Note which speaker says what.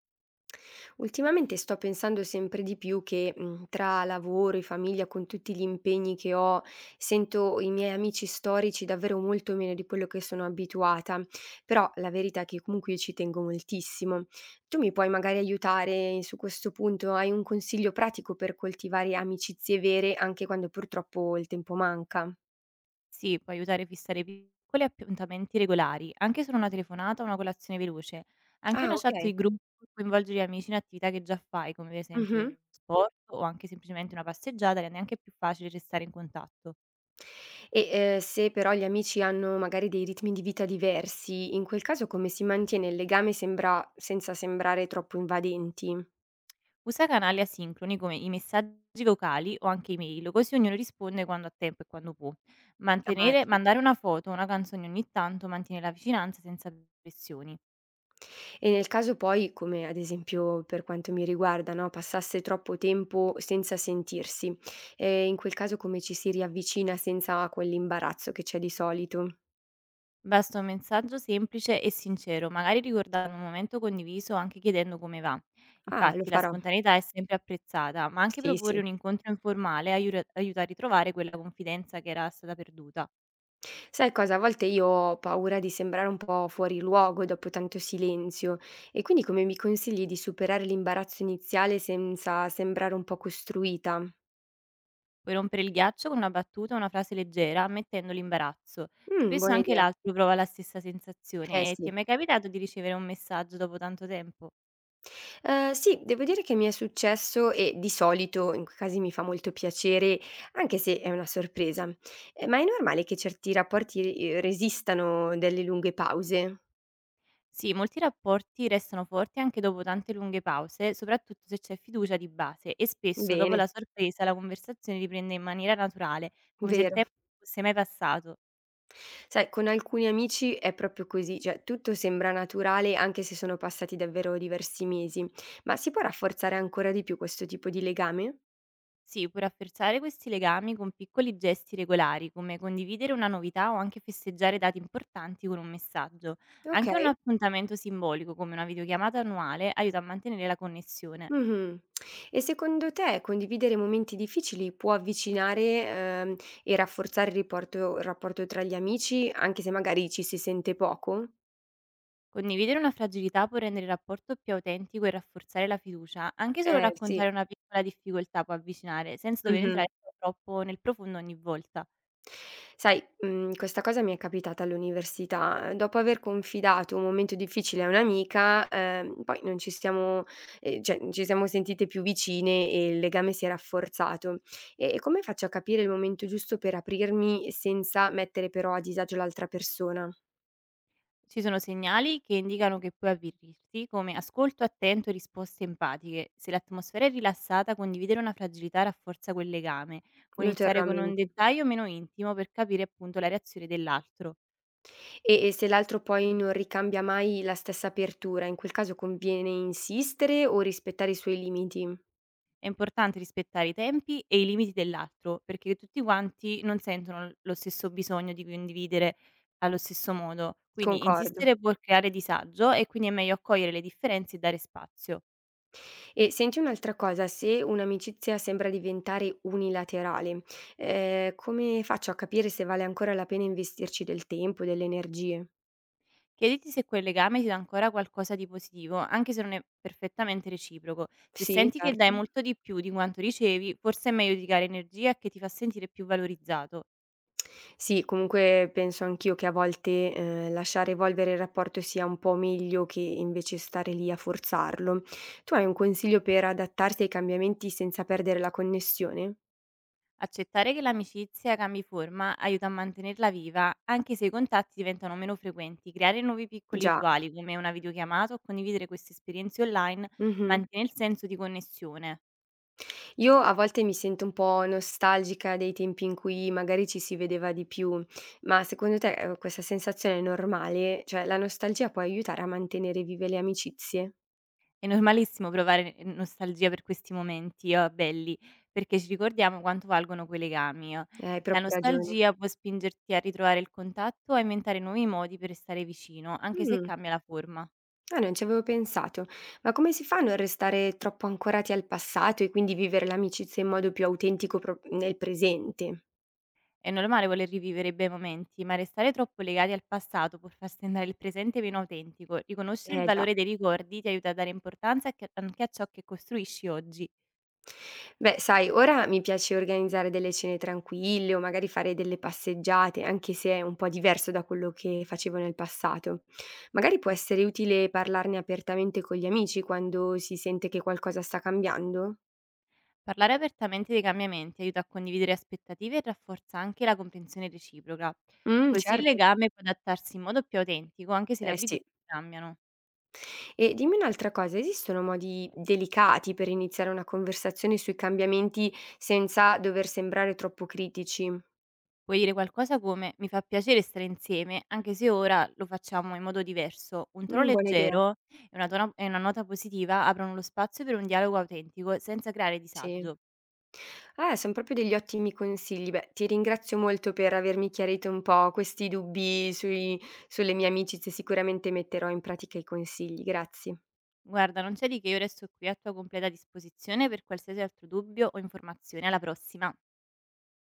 Speaker 1: Ultimamente sto pensando sempre di più che, tra lavoro e famiglia, con tutti gli impegni che ho, sento i miei amici storici davvero molto meno di quello che sono abituata, però la verità è che comunque io ci tengo moltissimo. Tu mi puoi magari aiutare su questo punto? Hai un consiglio pratico per coltivare amicizie vere anche quando purtroppo il tempo manca?
Speaker 2: Sì, può aiutare a fissare piccoli appuntamenti regolari, anche solo una telefonata o una colazione veloce. Anche
Speaker 1: Ah,
Speaker 2: una chat
Speaker 1: okay.
Speaker 2: di gruppo può coinvolgere gli amici in attività che già fai, come per
Speaker 1: Mh-mh.
Speaker 2: esempio sport o anche semplicemente una passeggiata, rende anche più facile restare in contatto.
Speaker 1: Se però gli amici hanno magari dei ritmi di vita diversi, in quel caso come si mantiene il legame sembra senza sembrare troppo invadenti?
Speaker 2: Usa canali asincroni come i messaggi vocali o anche email, così ognuno risponde quando ha tempo e quando può.
Speaker 1: Ah,
Speaker 2: Mantenere, mandare
Speaker 1: certo.
Speaker 2: una foto o una canzone ogni tanto mantiene la vicinanza senza pressioni.
Speaker 1: E nel caso poi, come ad esempio per quanto mi riguarda, no, passasse troppo tempo senza sentirsi, in quel caso come ci si riavvicina senza quell'imbarazzo che c'è di solito?
Speaker 2: Basta un messaggio semplice e sincero, magari ricordando un momento condiviso o anche chiedendo come va.
Speaker 1: Ah, lo
Speaker 2: Infatti la
Speaker 1: farò.
Speaker 2: spontaneità è sempre apprezzata, ma anche
Speaker 1: Sì,
Speaker 2: proporre
Speaker 1: sì.
Speaker 2: un incontro informale aiuta a ritrovare quella confidenza che era stata perduta.
Speaker 1: Sai cosa? A volte io ho paura di sembrare un po' fuori luogo dopo tanto silenzio e quindi come mi consigli di superare l'imbarazzo iniziale senza sembrare un po' costruita?
Speaker 2: Puoi rompere il ghiaccio con una battuta o una frase leggera, ammettendo l'imbarazzo. Spesso
Speaker 1: Buona
Speaker 2: anche
Speaker 1: idea.
Speaker 2: l'altro prova la stessa
Speaker 1: Eh
Speaker 2: sensazione e
Speaker 1: sì.
Speaker 2: ti è mai capitato di ricevere un messaggio dopo tanto tempo?
Speaker 1: Sì, devo dire che mi è successo e di solito in quei casi mi fa molto piacere, anche se è una sorpresa. Ma è normale che certi rapporti, resistano delle lunghe pause?
Speaker 2: Sì, molti rapporti restano forti anche dopo tante lunghe pause, soprattutto se c'è fiducia di base e spesso dopo
Speaker 1: Bene,
Speaker 2: la sorpresa la conversazione riprende in maniera naturale, come se il
Speaker 1: vero.
Speaker 2: tempo non fosse mai passato.
Speaker 1: Sai, con alcuni amici è proprio così, cioè tutto sembra naturale anche se sono passati davvero diversi mesi, ma si può rafforzare ancora di più questo tipo di legame?
Speaker 2: Sì, puoi rafforzare questi legami con piccoli gesti regolari, come condividere una novità o anche festeggiare dati importanti con un messaggio.
Speaker 1: Ok.
Speaker 2: Anche un appuntamento simbolico, come una videochiamata annuale, aiuta a mantenere la connessione.
Speaker 1: Mhm. E secondo te condividere momenti difficili può avvicinare ehm, e rafforzare il rapporto tra gli amici, anche se magari ci si sente poco?
Speaker 2: Condividere una fragilità può rendere il rapporto più autentico e rafforzare la fiducia. Anche solo
Speaker 1: Eh sì.
Speaker 2: raccontare una piccola difficoltà può avvicinare, senza dover entrare troppo nel profondo ogni volta.
Speaker 1: Sai, questa cosa mi è capitata all'università. Dopo aver confidato un momento difficile a un'amica, poi non ci siamo cioè ci siamo sentite più vicine e il legame si è rafforzato. E come faccio a capire il momento giusto per aprirmi senza mettere però a disagio l'altra persona?
Speaker 2: Ci sono segnali che indicano che puoi avvertirti, come ascolto attento e risposte empatiche. Se l'atmosfera è rilassata, condividere una fragilità rafforza quel legame. Puoi
Speaker 1: Lo terrò
Speaker 2: iniziare
Speaker 1: a
Speaker 2: con un
Speaker 1: mente.
Speaker 2: dettaglio meno intimo per capire appunto la reazione dell'altro.
Speaker 1: E se l'altro poi non ricambia mai la stessa apertura, in quel caso conviene insistere o rispettare i suoi limiti?
Speaker 2: È importante rispettare i tempi e i limiti dell'altro, perché tutti quanti non sentono l lo stesso bisogno di condividere allo stesso modo. Quindi
Speaker 1: Concordo.
Speaker 2: insistere può creare disagio e quindi è meglio accogliere le differenze e dare spazio.
Speaker 1: E senti un'altra cosa, se un'amicizia sembra diventare unilaterale, come faccio a capire se vale ancora la pena investirci del tempo e delle energie?
Speaker 2: Chiediti se quel legame ti dà ancora qualcosa di positivo, anche se non è perfettamente reciproco. Se
Speaker 1: Sì,
Speaker 2: senti che dai
Speaker 1: certo.
Speaker 2: molto di più di quanto ricevi, forse è meglio dedicare energia che ti fa sentire più valorizzato.
Speaker 1: Sì, comunque penso anch'io che a volte, lasciare evolvere il rapporto sia un po' meglio che invece stare lì a forzarlo. Tu hai un consiglio per adattarsi ai cambiamenti senza perdere la connessione?
Speaker 2: Accettare che l'amicizia cambi forma aiuta a mantenerla viva, anche se i contatti diventano meno frequenti. Creare nuovi piccoli
Speaker 1: Già.
Speaker 2: rituali, come una videochiamata o condividere queste esperienze online,
Speaker 1: Mh-mh.
Speaker 2: mantiene il senso di connessione.
Speaker 1: Io a volte mi sento un po' nostalgica dei tempi in cui magari ci si vedeva di più, ma secondo te, questa sensazione è normale? Cioè la nostalgia può aiutare a mantenere vive le amicizie?
Speaker 2: È normalissimo provare nostalgia per questi momenti belli, perché ci ricordiamo quanto valgono quei legami.
Speaker 1: Hai
Speaker 2: La
Speaker 1: proprio ragione.
Speaker 2: nostalgia può spingerti a ritrovare il contatto e a inventare nuovi modi per restare vicino, anche se
Speaker 1: Mh,
Speaker 2: cambia la forma.
Speaker 1: ah, non ci avevo pensato. Ma come si fa a non restare troppo ancorati al passato e quindi vivere l'amicizia in modo più autentico pro nel presente?
Speaker 2: È normale voler rivivere i bei momenti, ma restare troppo legati al passato può far sembrare il presente meno autentico. Riconoscere il
Speaker 1: Eh già.
Speaker 2: valore dei ricordi ti aiuta a dare importanza a anche a ciò che costruisci oggi.
Speaker 1: Beh, sai, ora mi piace organizzare delle cene tranquille o magari fare delle passeggiate, anche se è un po' diverso da quello che facevo nel passato. Magari può essere utile parlarne apertamente con gli amici quando si sente che qualcosa sta cambiando?
Speaker 2: Parlare apertamente dei cambiamenti aiuta a condividere aspettative e rafforza anche la comprensione reciproca.
Speaker 1: Mm,
Speaker 2: Così il
Speaker 1: certo.
Speaker 2: legame può adattarsi in modo più autentico, anche se le
Speaker 1: Eh
Speaker 2: abitudini
Speaker 1: sì.
Speaker 2: cambiano.
Speaker 1: E dimmi un'altra cosa, esistono modi delicati per iniziare una conversazione sui cambiamenti senza dover sembrare troppo critici?
Speaker 2: Puoi dire qualcosa come: "Mi fa piacere stare insieme, anche se ora lo facciamo in modo diverso". Un tono
Speaker 1: Mm, buona idea.
Speaker 2: leggero e una tona e una nota positiva aprono lo spazio per un dialogo autentico, senza creare
Speaker 1: Sì.
Speaker 2: disagio.
Speaker 1: Son proprio degli ottimi consigli. Beh, ti ringrazio molto per avermi chiarito un po' questi dubbi sui sulle mie amicizie, sicuramente metterò in pratica i consigli. Grazie.
Speaker 2: "Guarda, non c'è di che, io resto qui a tua completa disposizione per qualsiasi altro dubbio o informazione. Alla prossima".